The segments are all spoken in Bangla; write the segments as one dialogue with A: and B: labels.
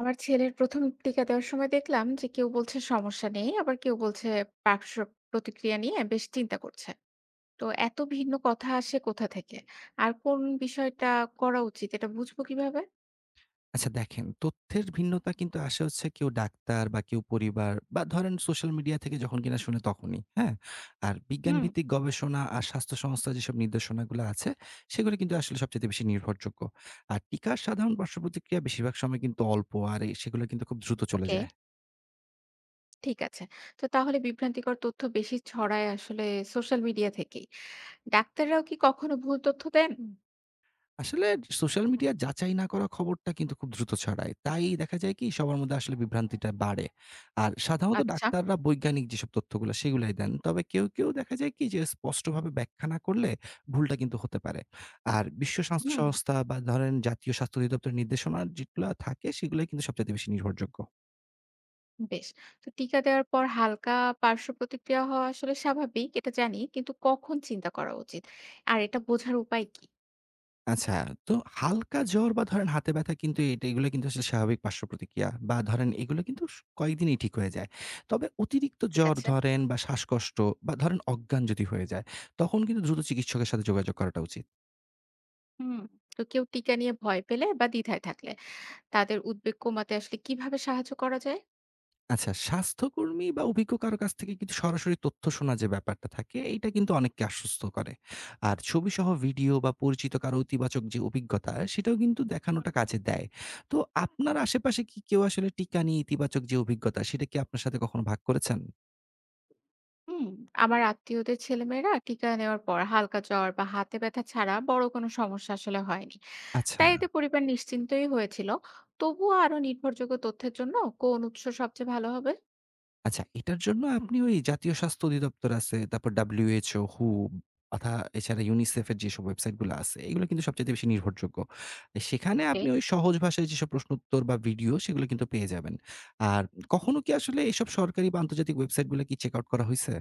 A: আমার ছেলের ১ম টিকা দেওয়ার সময় দেখলাম যে কেউ বলছে সমস্যা নেই, আবার কেউ বলছে পার্শ্ব প্রতিক্রিয়া নিয়ে বেশ চিন্তা করছে। তো এত ভিন্ন কথা আসে কোথা থেকে? আর কোন বিষয়টা করা উচিত এটা বুঝবো কিভাবে?
B: আচ্ছা দেখেন, তথ্যের ভিন্নতা কিন্তু আসে হচ্ছে কেউ ডাক্তার বা কেউ পরিবার বা ধরেন সোশ্যাল মিডিয়া থেকে যখন কিনা শুনে তখনই, হ্যাঁ? আর
A: হুম।
B: বিজ্ঞানভিত্তিক গবেষণা আর স্বাস্থ্য সংস্থার যেসব নির্দেশনাগুলো আছে, সেগুলো কিন্তু আসলে সবচাইতে বেশি নির্ভরযোগ্য। আর টিকার সাধারণ পার্শ্বপ্রতিক্রিয়া বেশিরভাগ সময় কিন্তু অল্প আর সেগুলো কিন্তু খুব দ্রুত চলে
A: ওকে,
B: যায়।
A: ঠিক আছে। তো তাহলে বিভ্রান্তিকর তথ্য বেশি ছড়ায় আসলে সোশ্যাল মিডিয়া থেকেই। ডাক্তাররাও কি কখনো ভুল তথ্য দেন?
B: আসলে সোশ্যাল মিডিয়া যাচাই না করা খবরটা কিন্তু খুব দ্রুত ছড়ায়। তাই দেখা যায় কি সবার মধ্যে আসলে বিভ্রান্তিটা বাড়ে। আর সাধারণত
A: আচ্ছা।
B: ডাক্তাররা বৈজ্ঞানিক যেসব তথ্যগুলো সেগুলাই দেন। তবে কেউ দেখা যায় কি যে স্পষ্টভাবে ব্যাখ্যা না করলে ভুলটা কিন্তু হতে পারে। আর বিশ্ব স্বাস্থ্য
A: হুম।
B: সংস্থা বা ধরেন জাতীয় স্বাস্থ্য অধিদপ্তরের নির্দেশনা যেগুলা থাকে সেগুলাই কিন্তু সবচাইতে বেশি নির্ভরযোগ্য।
A: বেশ। তো টিকা দেওয়ার পর হালকা পার্শ্ব প্রতিক্রিয়া হওয়া আসলে স্বাভাবিক, এটা জানি। কিন্তু কখন চিন্তা করা উচিত? আর এটা বোঝার উপায় কি?
B: আচ্ছা, তো হালকা জ্বর বা ধরেন হাতে ব্যথা কিন্তু এগুলো কিন্তু আসলে স্বাভাবিক পার্শ্বপ্রতিক্রিয়া বা ধরেন এগুলো কিন্তু কয়েকদিনেই ঠিক হয়ে যায়। তবে অতিরিক্ত
A: ঠিক
B: জ্বর
A: আছে?
B: ধরেন বা শ্বাসকষ্ট বা ধরেন অজ্ঞান যদি হয়ে যায়, তখন কিন্তু দ্রুত চিকিৎসকের সাথে যোগাযোগ করাটা উচিত।
A: হুম। তো কেউ টিকা নিয়ে ভয় পেলে বা দ্বিধায় থাকলে তাদের উদ্বেগ কমাতে আসলে কিভাবে সাহায্য করা যায়?
B: আচ্ছা, স্বাস্থ্যকর্মী বা অভিজ্ঞ কারো কাছ থেকে কিন্তু সরাসরি তথ্য শোনা যে ব্যাপারটা থাকে, এইটা কিন্তু অনেককে আশ্বস্ত করে। আর ছবিসহ ভিডিও বা পরিচিত কারো ইতিবাচক যে অভিজ্ঞতা, সেটাও কিন্তু দেখানোটা কাজে দেয়। তো আপনার আশেপাশে কি কেউ আসলে টিকা নিয়ে ইতিবাচক যে অভিজ্ঞতা, সেটা কি আপনার সাথে কখনো ভাগ করেছেন?
A: হুম। আমার আত্মীয়দের ছেলেমেয়েরা টিকা নেওয়ার পর হালকা জ্বর বা হাতে ব্যথা ছাড়া বড় কোনো সমস্যা আসলে হয়নি।
B: আচ্ছা।
A: তাই এতে পরিবার নিশ্চিন্তই হয়েছিল। তবুও আরো নির্ভরযোগ্য তথ্যের জন্য কোন উৎস সবচেয়ে ভালো হবে?
B: আচ্ছা, এটার জন্য আপনি ওই জাতীয় স্বাস্থ্য অধিদপ্তর আছে, তারপর WHO, WHO, অথা এছাড়া UNICEF এর যেসব ওয়েবসাইট গুলো আছে, এগুলো কিন্তু সবচাইতে বেশি নির্ভরযোগ্য। সেখানে
A: ওকে।
B: আপনি ওই সহজ ভাষায় যেসব প্রশ্ন উত্তর বা ভিডিও সেগুলো কিন্তু পেয়ে যাবেন। আর কখনো কি আসলে এসব সরকারি বা আন্তর্জাতিক ওয়েবসাইট গুলো কি চেক আউট করা হইছে?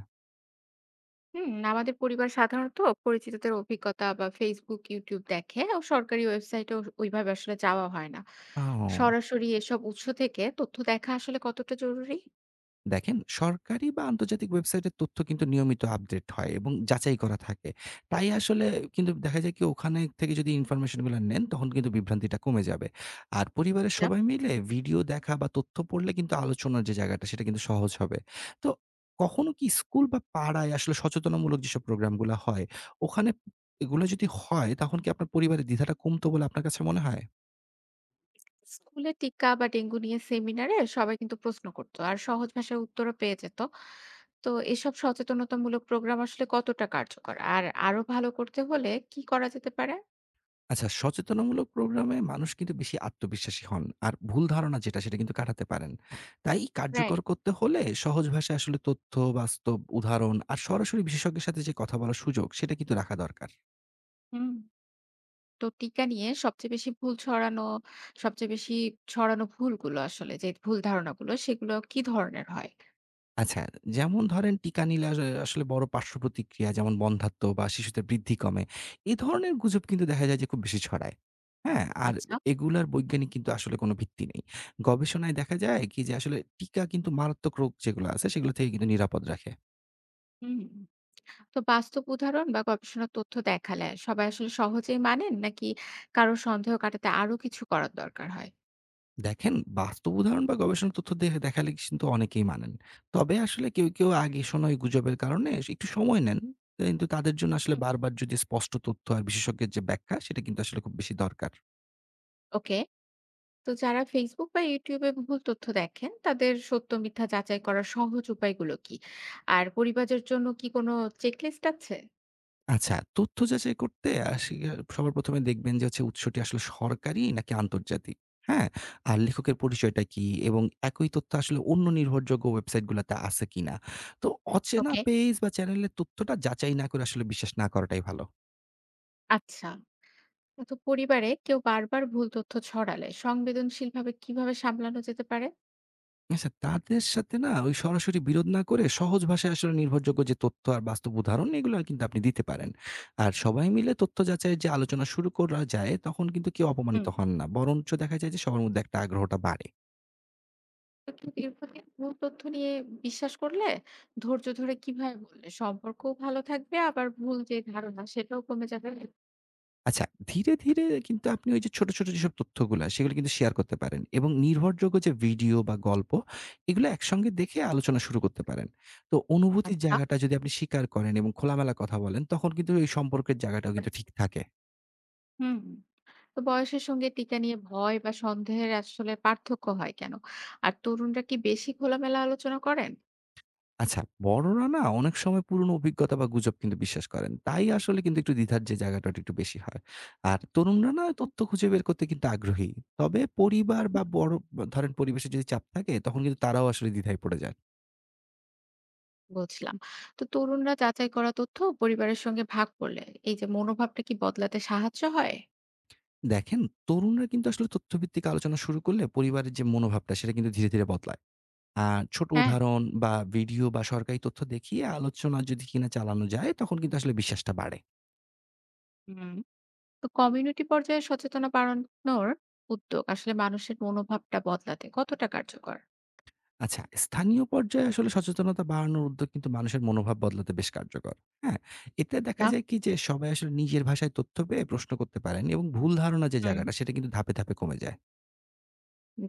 A: হুম, আমাদের পরিবার সাধারণত পরিচিতদের অভিজ্ঞতা বা ফেসবুক, ইউটিউব দেখে ও সরকারি ওয়েবসাইটে ওইভাবে আসলে যাওয়া হয় না।
B: ও!
A: সরাসরি এসব উৎস থেকে তথ্য দেখা আসলে কতটা জরুরি?
B: দেখেন, সরকারি বা আন্তর্জাতিক ওয়েবসাইটের তথ্য কিন্তু নিয়মিত আপডেট হয় এবং যাচাই করা থাকে। তাই আসলে কিন্তু দেখা যায় কি ওখানে থেকে যদি ইনফরমেশন গুলা নেন তখন কিন্তু বিভ্রান্তিটা কমে যাবে। আর পরিবারের
A: আচ্ছা।
B: সবাই মিলে ভিডিও দেখা বা তথ্য পড়লে কিন্তু আলোচনার যে জায়গাটা সেটা কিন্তু সহজ হবে। তো কখনো কি স্কুল বা পাড়ায় আসলে সচেতনামূলক যেসব প্রোগ্রাম গুলা হয়, ওখানে এগুলো যদি হয় তখন কি আপনার পরিবারের দ্বিধাটা কমতো বলে আপনার কাছে মনে হয়?
A: স্কুলে টিকা বা ডেঙ্গু নিয়ে সেমিনারে সবাই কিন্তু প্রশ্ন করতো আর সহজ ভাষায় উত্তরও পেয়ে যেত। তো এসব সচেতনতামূলক প্রোগ্রাম আসলে কতটা কার্যকর? আর আরো ভালো করতে হলে কি করা যেতে পারে?
B: আচ্ছা, সচেতনামূলক প্রোগ্রামে মানুষ কিন্তু বেশি আত্মবিশ্বাসী হন। আর ভুল ধারণা যেটা সেটা কিন্তু কাটাতে পারেন। তাই কার্যকর
A: রাইট।
B: করতে হলে সহজ ভাষায় আসলে তথ্য, বাস্তব উদাহরণ আর সরাসরি বিশেষজ্ঞের সাথে যে কথা বলার সুযোগ সেটা কিন্তু রাখা দরকার।
A: হুম। তো টিকা নিয়ে সবচেয়ে বেশি ছড়ানো ভুলগুলো আসলে যে ভুল ধারণাগুলো সেগুলো কি ধরনের হয়?
B: আচ্ছা, যেমন ধরেন টিকা নিলে আসলে বড় পার্শ্ব প্রতিক্রিয়া যেমন বন্ধ্যাত্ব বা শিশুদের বৃদ্ধি কমে। এ ধরনের গুজব কিন্তু দেখা যায় যে খুব বেশি ছড়ায়। হ্যাঁ? আর
A: আচ্ছা।
B: এগুলার বৈজ্ঞানিক কিন্তু আসলে কোনো ভিত্তি নেই। গবেষণায় দেখা যায় কি যে আসলে টিকা কিন্তু মারাত্মক রোগ যেগুলো আছে সেগুলো থেকে কিন্তু নিরাপদ রাখে।
A: হুম। তো বাস্তব উদাহরণ বা গবেষণার তথ্য দেখালে সবাই আসলে সহজেই মানেন নাকি কারো সন্দেহ কাটাতে আরো কিছু করার দরকার হয়?
B: দেখেন, বাস্তব উদাহরণ বা গবেষণা তথ্য দেখালে কিন্তু অনেকেই মানেন। তবে আসলে কেউ আগে শোনা এই গুজবের কারণে একটু সময় নেন। কিন্তু তাদের জন্য আসলে
A: হুম।
B: বারবার যদি স্পষ্ট তথ্য আর বিশেষজ্ঞের যে ব্যাখ্যা সেটা কিন্তু আসলে খুব বেশি দরকার।
A: ওকে। তো যারা Facebook বা YouTube এ ভুল তথ্য দেখেন তাদের সত্য মিথ্যা যাচাই করার সহজ উপায়গুলো কি? আর পরিবারের জন্য কি কোনো চেকলিস্ট আছে?
B: আচ্ছা, তথ্য যাচাই করতে আসি সবার ১ম এ দেখবেন যে হচ্ছে উৎসটি আসলে সরকারি নাকি আন্তর্জাতিক। হ্যাঁ? আর লেখকের পরিচয়টা কি এবং একই তথ্য আসলে অন্য নির্ভরযোগ্য ওয়েবসাইটগুলোতে আছে কিনা। তো অচেনা
A: ওকে,
B: পেজ বা চ্যানেলের তথ্যটা যাচাই না করে আসলে বিশ্বাস না করাটাই ভালো।
A: আচ্ছা। তো পরিবারে কেউ বারবার ভুল তথ্য ছড়ালে সংবেদনশীলভাবে কিভাবে সামলানো যেতে পারে?
B: আচ্ছা, তাদের সাথে না ওই সরাসরি বিরোধ না করে সহজ ভাষায় আসলে নির্ভরযোগ্য যে তথ্য আর বাস্তব উদাহরণ এগুলো কিন্তু আপনি দিতে পারেন। আর সবাই মিলে তথ্য যাচাইয়ের যে আলোচনা শুরু করা যায় তখন কিন্তু কেউ
A: হুম।
B: অপমানিত হন না। বরঞ্চ দেখা যায় যে সবার মধ্যে একটা আগ্রহটা বাড়ে।
A: তো কেউ দীর্ঘদিন ভুল তথ্য নিয়ে বিশ্বাস করলে ধৈর্য ধরে কিভাবে বললে সম্পর্কও ভালো থাকবে আবার ভুল যে ধারণা সেটাও কমে যাবে?
B: আচ্ছা, ধীরে, ধীরে কিন্তু আপনি ওই যে ছোট, ছোট যেসব তথ্যগুলা সেগুলো কিন্তু শেয়ার করতে পারেন এবং নির্ভরযোগ্য যে ভিডিও বা গল্প এগুলো একসঙ্গে দেখে আলোচনা শুরু করতে পারেন। তো অনুভূতির
A: আচ্ছা।
B: জায়গাটা যদি আপনি স্বীকার করেন এবং খোলামেলা কথা বলেন তখন কিন্তু এই সম্পর্কের জায়গাটাও কিন্তু ঠিক থাকে।
A: হুম। তো বয়সের সঙ্গে টিকা নিয়ে ভয় বা সন্দেহের আসলে পার্থক্য হয় কেন? আর তরুণরা কি বেশি খোলামেলা আলোচনা করেন?
B: আচ্ছা, বড়রা না অনেক সময় পুরনো অভিজ্ঞতা বা গুজব কিন্তু বিশ্বাস করেন। তাই আসলে কিন্তু একটু দ্বিধার যে জায়গাটা ওটা একটু বেশি হয়। আর তরুণরা না তথ্য খুঁজে বের করতে কিন্তু আগ্রহী। তবে পরিবার বা বড় ধরেন পরিবেশে যদি চাপ থাকে তখন কিন্তু তারাও আসলে দ্বিধায় পড়ে যায়।
A: বুঝলাম। তো তরুণরা যাচাই করা তথ্য পরিবারের সঙ্গে ভাগ করলে এই যে মনোভাবটা কি বদলাতে সাহায্য হয়?
B: দেখেন, তরুণরা কিন্তু আসলে তথ্যভিত্তিক আলোচনা শুরু করলে পরিবারের যে মনোভাবটা সেটা কিন্তু ধীরে, ধীরে বদলায়। আর ছোট
A: হ্যাঁ,
B: উদাহরণ বা ভিডিও বা সরকারি তথ্য দেখিয়ে আলোচনা যদি কিনা চালানো যায় তখন কিন্তু আসলে বিশ্বাসটা বাড়ে।
A: হুম। তো কমিউনিটি পর্যায়ে সচেতনতা বাড়ানোর উদ্যোগ আসলে মানুষের মনোভাবটা বদলাতে কতটা কার্যকর?
B: আচ্ছা, স্থানীয় পর্যায়ে আসলে সচেতনতা বাড়ানোর উদ্যোগ কিন্তু মানুষের মনোভাব বদলাতে বেশ কার্যকর। হ্যাঁ? এতে দেখা
A: তা,
B: যায় কি যে সবাই আসলে নিজের ভাষায় তথ্য পেয়ে প্রশ্ন করতে পারেন এবং ভুল ধারণা যে
A: হুম।
B: জায়গাটা সেটা কিন্তু ধাপে, ধাপে কমে যায়।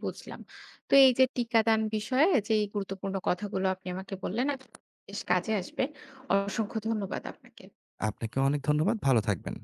A: বুঝলাম। তো এই যে টিকাদান বিষয়ে যে এই গুরুত্বপূর্ণ কথাগুলো আপনি আমাকে বললেন, আজ বেশ কাজে আসবে। অসংখ্য ধন্যবাদ আপনাকে।
B: আপনাকে অনেক ধন্যবাদ। ভালো থাকবেন।